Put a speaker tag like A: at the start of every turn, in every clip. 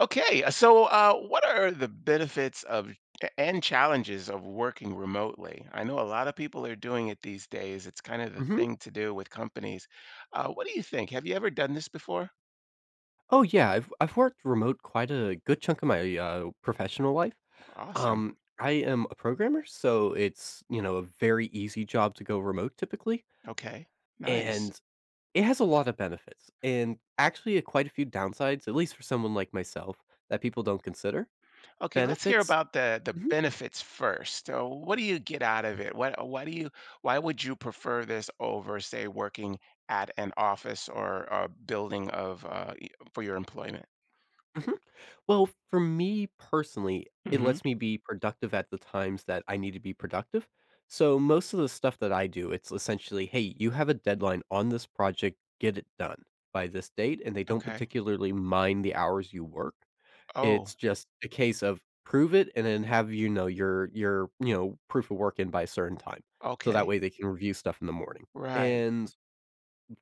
A: Okay, what are the benefits of and challenges of working remotely? I know a lot of people are doing it these days. It's kind of the
B: Mhm.
A: thing to do with companies. What do you think? Have you ever done this before?
B: Oh, yeah. I've worked remote quite a good chunk of my, professional life.
A: Awesome.
B: I am a programmer, so it's, you know, a very easy job to go remote typically,
A: Okay, nice.
B: and it has a lot of benefits, and actually, quite a few downsides, at least for someone like myself, that people don't consider.
A: Okay, let's hear
B: Benefits.
A: about the
B: Mhm,
A: benefits first. So, what do you get out of it? What why do you why would you prefer this over, say, working at an office or a building of for your employment?
B: mhm. Well, for me personally, it
A: hmm
B: lets me be productive at the times that I need to be productive. So most of the stuff that I do, it's essentially, hey, you have a deadline on this project, get it done by this date. And they don't
A: Okay.
B: particularly mind the hours you work.
A: Oh,
B: It's just a case of prove it and then have your your proof of work in by a certain time. So that
A: okay.
B: way they can review stuff in the morning.
A: Right.
B: And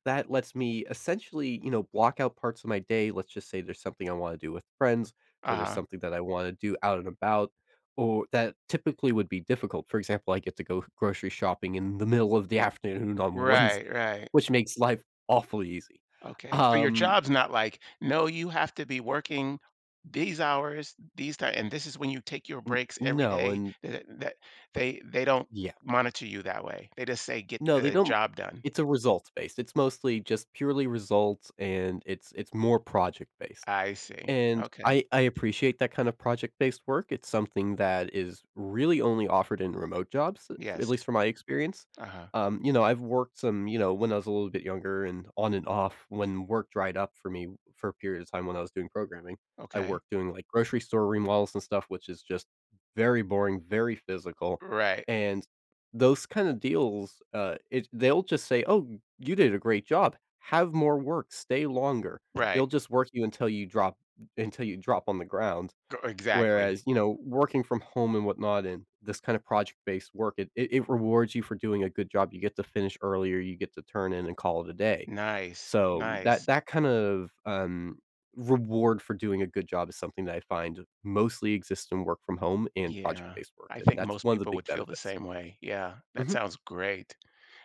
B: that lets me essentially, block out parts of my day. Let's just say there's something I wanna do with friends, or there's
A: Uh-huh.
B: something that I wanna do out and about, or that typically would be difficult. For example, I get to go grocery shopping in the middle of the afternoon on
A: Right,
B: Wednesday,
A: right.
B: which makes life awfully easy.
A: Okay. So your
B: Um,
A: job's not like, "No, you have to be working these hours, these time, and this is when you take your
B: n
A: breaks every
B: no,
A: day."
B: and
A: That they don't
B: yeah.
A: monitor you that way. They just say, "Get
B: No, they
A: the
B: don't.
A: job done."
B: It's a results-based. It's mostly just purely results, and it's more project-based.
A: I see.
B: And
A: Okay.
B: I appreciate that kind of project-based work. It's something that is really only offered in remote jobs, at
A: Yes.
B: least from my experience.
A: Uh-huh.
B: I've worked some, when I was a little bit younger and on and off when work dried up for me for a period of time when I was doing programming. I
A: Okay.
B: worked doing like grocery store remodels and stuff, which is just very boring, very physical.
A: Right,
B: And those kind of deals, it they'll just say, "Oh, you did a great job. Have more work, stay longer."
A: right.
B: They'll just work you until you drop on the ground.
A: G exactly.
B: Whereas, you know, working from home and whatnot and this kind of project-based work, it rewards you for doing a good job. You get to finish earlier, you get to turn in and call it a day.
A: Nice,
B: So that
A: nice.
B: that kind of, reward for doing a good job is something that I find mostly exists in work from home and
A: Yeah.
B: project-based work,
A: I
B: and
A: think
B: that's
A: most
B: one of the
A: people
B: big
A: would feel the
B: benefits.
A: same way. Yeah. That
B: Mhm.
A: sounds great.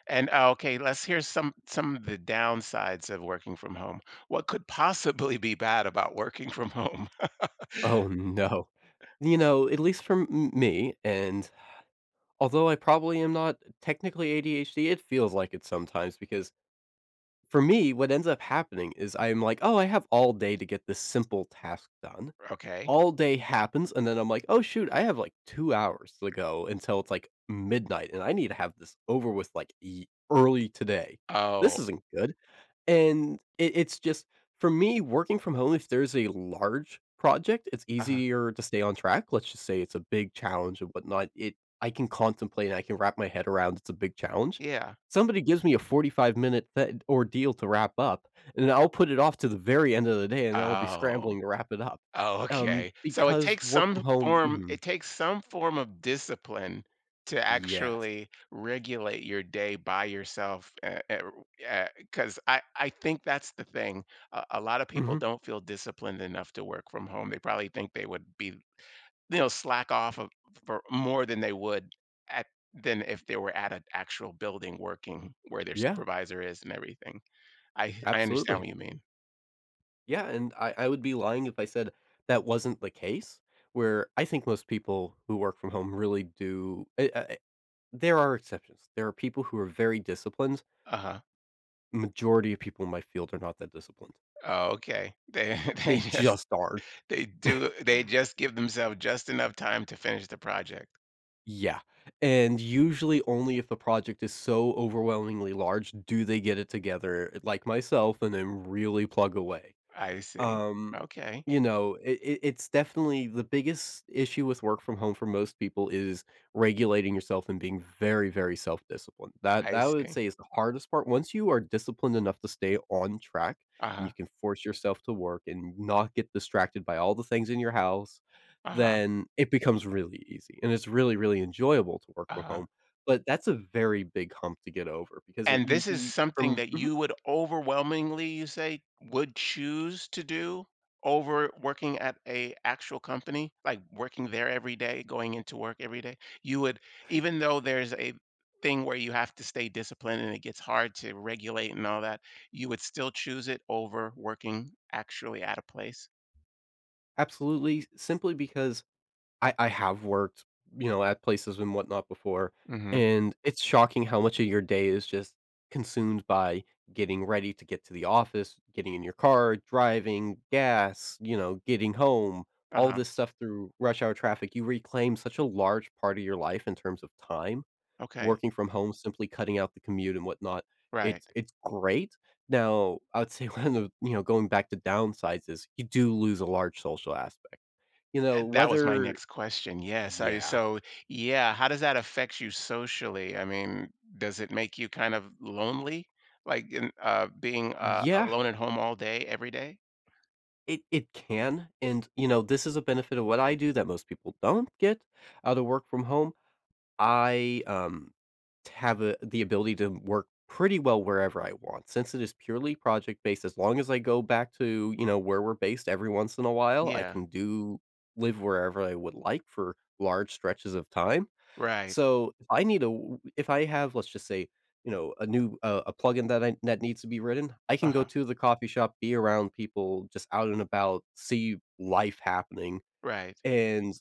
A: And okay, let's hear some of the downsides of working from home. What could possibly be bad about working from home?
B: Oh, no. You know, at least for m me, and although I probably am not technically ADHD, it feels like it sometimes because for me, what ends up happening is I'm like, "Oh, I have all day to get this simple task done."
A: Okay.
B: All day happens, and then I'm like, "Oh, shoot, I have, like, 2 hours to go until it's, like, midnight, and I need to have this over with, like, ye early today.
A: Oh,
B: This isn't good." And it's just for me, working from home, if there's a large project, it's
A: uh
B: easier to stay on track. Let's just say it's a big challenge and whatnot. It I can contemplate and I can wrap my head around it's a big challenge.
A: Yeah.
B: Somebody gives me a 45 minute ordeal to wrap up, and I'll put it off to the very end of the day, and I'll be
A: Oh.
B: scrambling to wrap it up.
A: Oh, okay. So
B: Because work from home, mhm,
A: it takes some form of discipline to
B: yes,
A: actually regulate your day by yourself. Because I think that's the thing. A lot of people
B: hmm,
A: don't feel disciplined enough to work from home. They probably think they would be, you know, slack off of for more than they would at than if they were at an actual building working where their
B: yeah,
A: supervisor is and everything. I understand
B: absolutely.
A: what you mean.
B: Yeah, and I would be lying if I said that wasn't the case, where I think most people who work from home really do. I there are exceptions. There are people who are very disciplined.
A: Uh-huh.
B: Majority of people in my field are not that disciplined.
A: Oh, okay. They they
B: They
A: just
B: just aren't.
A: they do they just give themselves just enough time to finish the project.
B: Yeah, and usually only if the project is so overwhelmingly large do they get it together, like myself, and then really plug away.
A: I see.
B: Um,
A: Okay.
B: you know, it's definitely the biggest issue with work from home for most people is regulating yourself and being very, very self-disciplined.
A: Yeah.
B: That
A: I
B: that I would
A: see.
B: say is the hardest part. Once you are disciplined enough to stay on track and you
A: Uh-huh.
B: can force yourself to work and not get distracted by all the things in your house,
A: Uh-huh.
B: then it becomes really easy and it's really, really enjoyable to work from
A: Uh-huh.
B: home. But that's a very big hump to get over because it
A: And
B: you
A: this is
B: you
A: something
B: from
A: that
B: mhm,
A: you would overwhelmingly, you say, would choose to do over working at a actual company, like working there every day, going into work every day. You would, even though there's a thing where you have to stay disciplined and it gets hard to regulate and all that, you would still choose it over working actually at a place.
B: absolutely, simply because I have worked, you know, at places and whatnot before,
A: Mm-hmm.
B: and it's shocking how much of your day is just consumed by getting ready to get to the office, getting in your car, driving, gas, you know, getting home, all
A: Uh-huh.
B: this stuff through rush hour traffic. You reclaim such a large part of your life in terms of time.
A: Okay.
B: Working from home, simply cutting out the commute and whatnot, it's
A: Right.
B: it's great. Now, I would say one of the, you know, going back to downsides is you do lose a large social aspect. You know,
A: That was my
B: whether
A: next question. Yes. I
B: yeah.
A: so Yeah, how does that affect you socially? I mean, does it make you kind of lonely? Like in, being
B: Yeah,
A: alone at home all day every day?
B: it can, and, you know, this is a benefit of what I do that most people don't get out of work from home. I, have a the ability to work pretty well wherever I want. Since it is purely project-based, as long as I go back to, you know, where we're based every once in a while, I
A: Yeah.
B: can do live wherever I would like for large stretches of time.
A: Right.
B: So, if I have, let's just say, you know, a new a plugin that needs to be written, I can go
A: Uh-huh.
B: to the coffee shop, be around people just out and about, see life happening,
A: Right.
B: and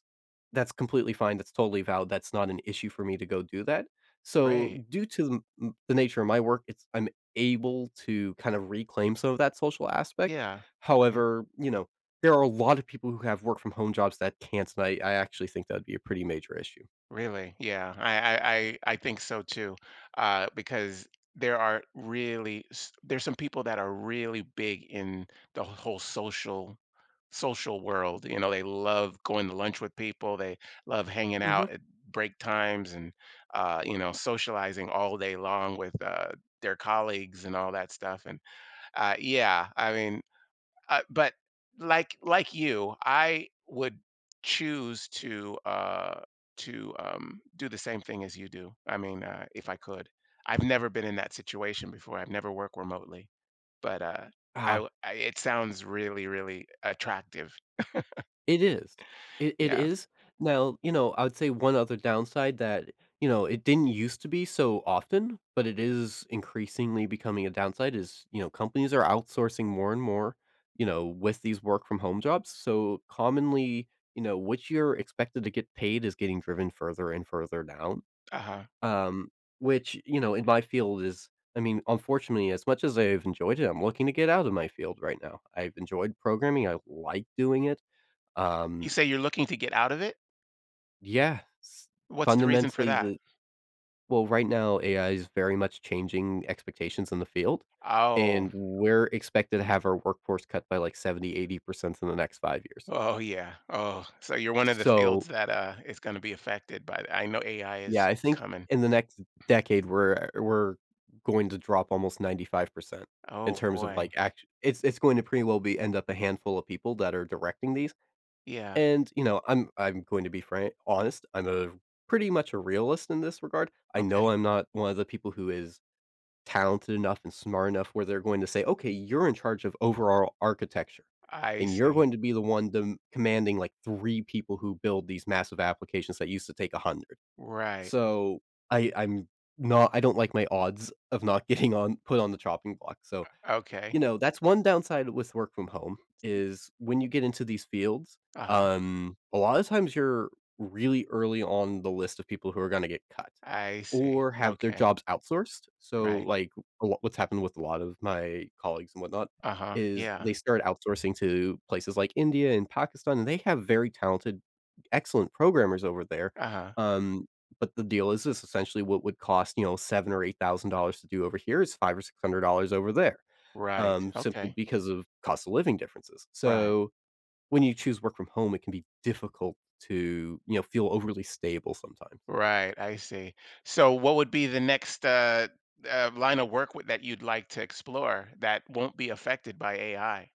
B: that's completely fine, that's totally valid, that's not an issue for me to go do that.
A: Right.
B: So, due to the m the nature of my work, it's I'm able to kind of reclaim some of that social aspect.
A: Yeah. Okay.
B: However, you know, there are a lot of people who have work from home jobs that can't, and I actually think that'd be a pretty major issue.
A: Really? I think so too, because there's some people that are really big in the whole social world, you know, they love going to lunch with people, they love hanging
B: Mhm.
A: out at break times and, you know, socializing all day long with, their colleagues and all that stuff, and, yeah, I mean, but like you, I would choose to do the same thing as you do. I mean, if I could, I've never been in that situation before. I've never worked remotely, but
B: Ah.
A: it sounds really really attractive.
B: It is. It
A: Yeah.
B: is. Now, you know, I would say one other downside that, you know, it didn't used to be so often, but it is increasingly becoming a downside is, you know, companies are outsourcing more and more, you know, with these work from home jobs. So commonly, you know, what you're expected to get paid is getting driven further and further down.
A: Uh huh.
B: Um, which, you know, in my field is. I mean, unfortunately, as much as I've enjoyed it, I'm looking to get out of my field right now. I've enjoyed programming. I like doing it.
A: You
B: Um,
A: say you're looking to get out of it.
B: yeah, s
A: What's the reason for
B: fundamentally,
A: that?
B: right now, AI is very much changing expectations in the field,
A: Oh,
B: and we're expected to have our workforce cut by, like, 70, 80% in the next 5 years.
A: oh yeah. Oh, so you're one of the fields
B: So,
A: that is going to be affected by. I know AI
B: yeah,
A: is
B: I think
A: coming.
B: in the next decade, we're going to drop almost 95% in
A: Oh
B: terms of,
A: boy.
B: like, act it's going to pretty well be end up a handful of people that are directing these,
A: Yeah.
B: and, you know, I'm going to be frank honest, I'm a pretty much a realist in this regard. I know
A: Okay.
B: I'm not one of the people who is talented enough and smart enough where they're going to say, "Okay, you're in charge of overall architecture,
A: I
B: and you're
A: see.
B: going to be the one dem commanding, like, 3 people who build these massive applications that used to take 100."
A: Right.
B: So, I I'm not I don't like my odds of not getting on put on the chopping block, so
A: Okay.
B: you know, that's one downside with work from home is when you get into these fields,
A: Uh-huh.
B: a lot of times you're really early on the list of people who are gonna get cut
A: I see.
B: or have their
A: Okay.
B: jobs outsourced. So,
A: Right.
B: like, a lot what's happened with a lot of my colleagues and whatnot
A: Uh-huh.
B: is
A: Yeah.
B: they started outsourcing to places like India and Pakistan, and they have very talented, excellent programmers over there.
A: Uh-huh.
B: Um, but the deal is this: essentially what would cost, you know, seven or $8,000 to do over here is five or $600 over there,
A: Right.
B: simply
A: Okay.
B: because of cost of living differences.
A: Right.
B: So when you choose work from home, it can be difficult to, you know, feel overly stable sometimes.
A: Right. I see. So what would be the next line of work that you'd like to explore that won't be affected by AI?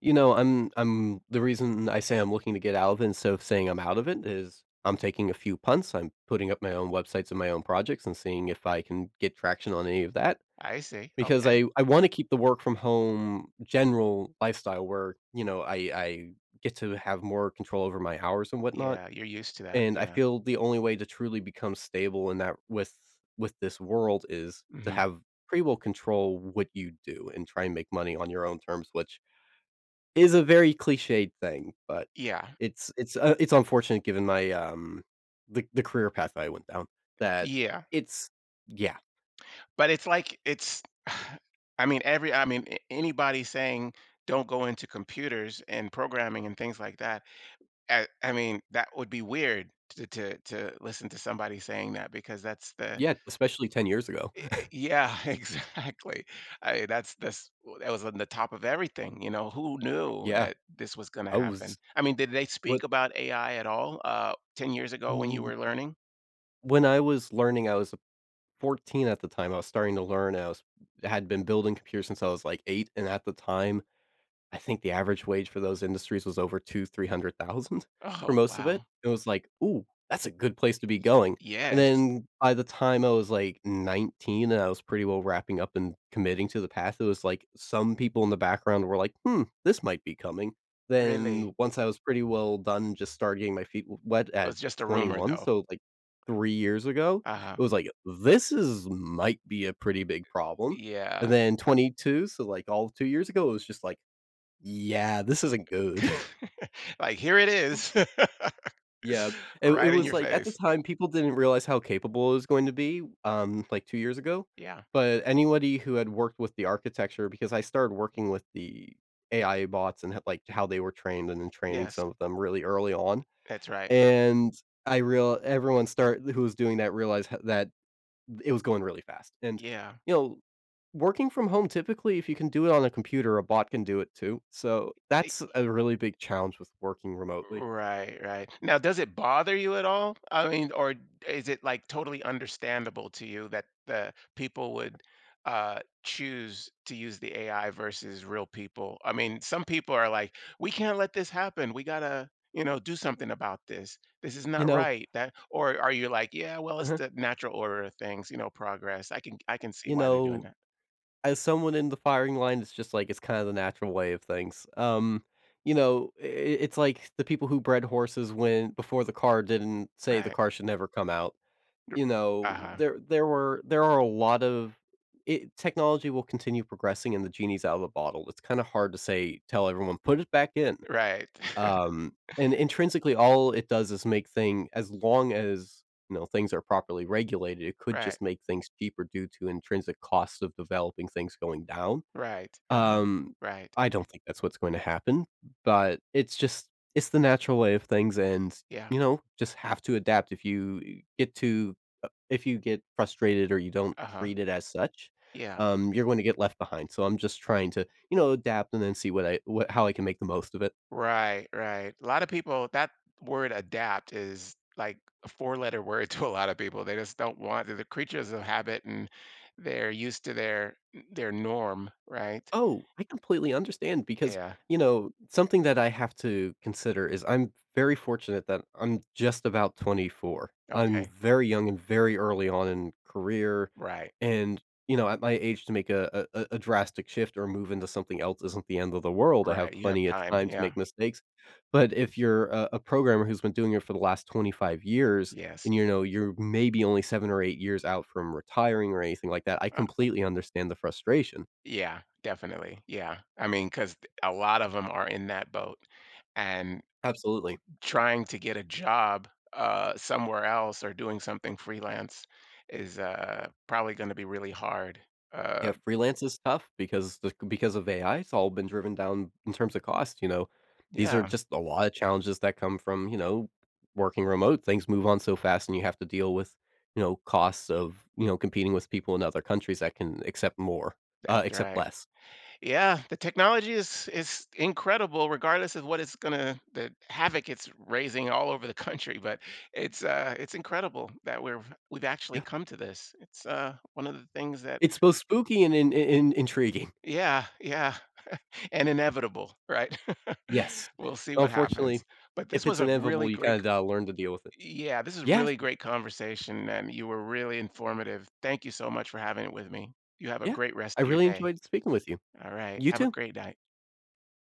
B: You know, I'm the reason I say I'm looking to get out of it instead of saying I'm out of it is I'm taking a few punts. I'm putting up my own websites and my own projects and seeing if I can get traction on any of that.
A: I see.
B: Because
A: Okay.
B: I want to keep the work from home general lifestyle where, you know, I get to have more control over my hours and whatnot.
A: Yeah, you're used to that.
B: And I
A: Yeah.
B: feel the only way to truly become stable in that, with this world, is to
A: hmm
B: have pretty well control what you do and try and make money on your own terms, which is a very cliched thing, but
A: Yeah.
B: it's unfortunate given my, the career path that I went down. That
A: Yeah.
B: it's Yeah,
A: But it's like it's I mean anybody saying don't go into computers and programming and things like that, I mean, that would be weird to listen to somebody saying that because that's the
B: yeah, especially 10 years ago.
A: y y yeah, exactly. I that's this That was on the top of everything, you know, who knew
B: Yeah,
A: that this was gonna
B: I was
A: happen? I mean, did they
B: what
A: speak about AI at all, 10 years ago when you
B: mm,
A: were learning?
B: when I was learning, I was 14 at the time. I was starting to learn, I was had been building computers since I was, like, 8. And at the time I think the average wage for those industries was over two, three 300,000 for
A: Oh,
B: most of it.
A: wow.
B: It was like, "Ooh, that's a good place to be going." And
A: Yes,
B: then by the time I was, like, 19 and I was pretty well wrapping up and committing to the path, it was like some people in the background were like, "Hmm, this might be coming."
A: really.
B: Then once I was pretty well done, just started getting my feet w wet
A: It
B: at
A: was just a rumor,
B: 21,
A: though.
B: so, like, 3 years ago,
A: Uh-huh.
B: it was like, "This is might be a pretty big problem." And
A: Yeah.
B: then 22, so, like, all of 2 years ago, it was just like, yeah, this isn't good.
A: Like, "Here it is."
B: Yeah, it
A: Right in
B: was
A: your
B: like at the
A: face.
B: time, people didn't realize how capable it was going to be, like 2 years ago,
A: Yeah.
B: but anybody who had worked with the architecture, because I started working with the AI bots and, like, how they were trained and then training
A: Yes,
B: some of them really early on,
A: that's right.
B: and I real everyone start who was doing that realized h that it was going really fast. And,
A: Yeah.
B: you know, working from home, typically, if you can do it on a computer, a bot can do it too, so
A: Eh,
B: that's a really big challenge with working remotely.
A: right, right. Now, does it bother you at all? I mean, or is it like totally understandable to you that the people would choose to use the AI versus real people? I mean, some people are like, we can't let this happen. We gotta, you know, do something about this. This is
B: You
A: not
B: know
A: right. That, or are you like, yeah, well, it's
B: uh
A: the natural order of things, you know, progress. I can see
B: You
A: why they're doing
B: know,
A: that.
B: as someone in the firing line, it's just like it's kinda the natural way of things. You know, I it's like the people who bred horses when before the car didn't say the
A: Right.
B: car should never come out. You
A: Uh
B: know,
A: huh.
B: there are a lot of it technology will continue progressing and the genie's out of the bottle. It's kinda hard to say tell everyone, "Put it back in."
A: Right.
B: And intrinsically, all it does is make thing as long as, you know, things are properly regulated, it could
A: right.
B: just make things cheaper due to intrinsic costs of developing things going down.
A: Right. Uh huh.
B: Um,
A: Right.
B: I don't think that's what's going to happen, but it's just it's the natural way of things. And,
A: Yeah.
B: you know, just have to adapt. If you get frustrated or you don't
A: Uh huh.
B: treat it as such,
A: Yeah.
B: you're going to get left behind. So I'm just trying to, you know, adapt and then see what I what how I can make the most of it.
A: Right, right. A lot of people, that word adapt is like a four letter word to a lot of people. They just don't want, they're the creatures of habit and they're used to their norm, right?
B: Oh, I completely understand, because,
A: Yeah.
B: you know, something that I have to consider is I'm very fortunate that I'm just about 24. I'm
A: Okay.
B: very young and very early on in career.
A: Right.
B: And, you know, at my age to make a drastic shift or move into something else isn't the end of the world. I have
A: Right. You have
B: plenty of
A: time.
B: time to
A: Yeah.
B: make mistakes. But if you're a programmer who's been doing it for the last 25 years
A: Yes.
B: and, you know, you're maybe only 7 or 8 years out from retiring or anything like that, I
A: Uh,
B: completely understand the frustration.
A: yeah, definitely. Yeah. I mean, because a lot of them are in that boat and
B: Absolutely.
A: trying to get a job somewhere else or doing something freelance is, probably going to be really hard. Uh,
B: Yeah, freelance is tough because of AI, it's all been driven down in terms of cost, you know? These are
A: Yeah,
B: just a lot of challenges that come from, you know, working remote. Things move on so fast and you have to deal with, you know, costs of, you know, competing with people in other countries that can accept more,
A: that's
B: accept
A: right.
B: less.
A: Yeah, the technology is incredible, regardless of what it's gonna the havoc it's raising all over the country. But it's, it's incredible that we've actually
B: Yeah.
A: come to this. It's, one of the things that
B: It's both spooky and intriguing.
A: yeah, yeah, and inevitable, right?
B: Yes.
A: We'll see what
B: Unfortunately,
A: happens. But this
B: if
A: was
B: it's
A: a really
B: inevitable, you
A: great.
B: kinda, learn to deal with it.
A: Yeah, this is a
B: Yes,
A: really great conversation, and you were really informative. Thank you so much for having it with me. You have a
B: yeah.
A: great rest
B: I
A: of your
B: really
A: day.
B: enjoyed speaking with you.
A: All right,
B: You
A: have a
B: too.
A: great night.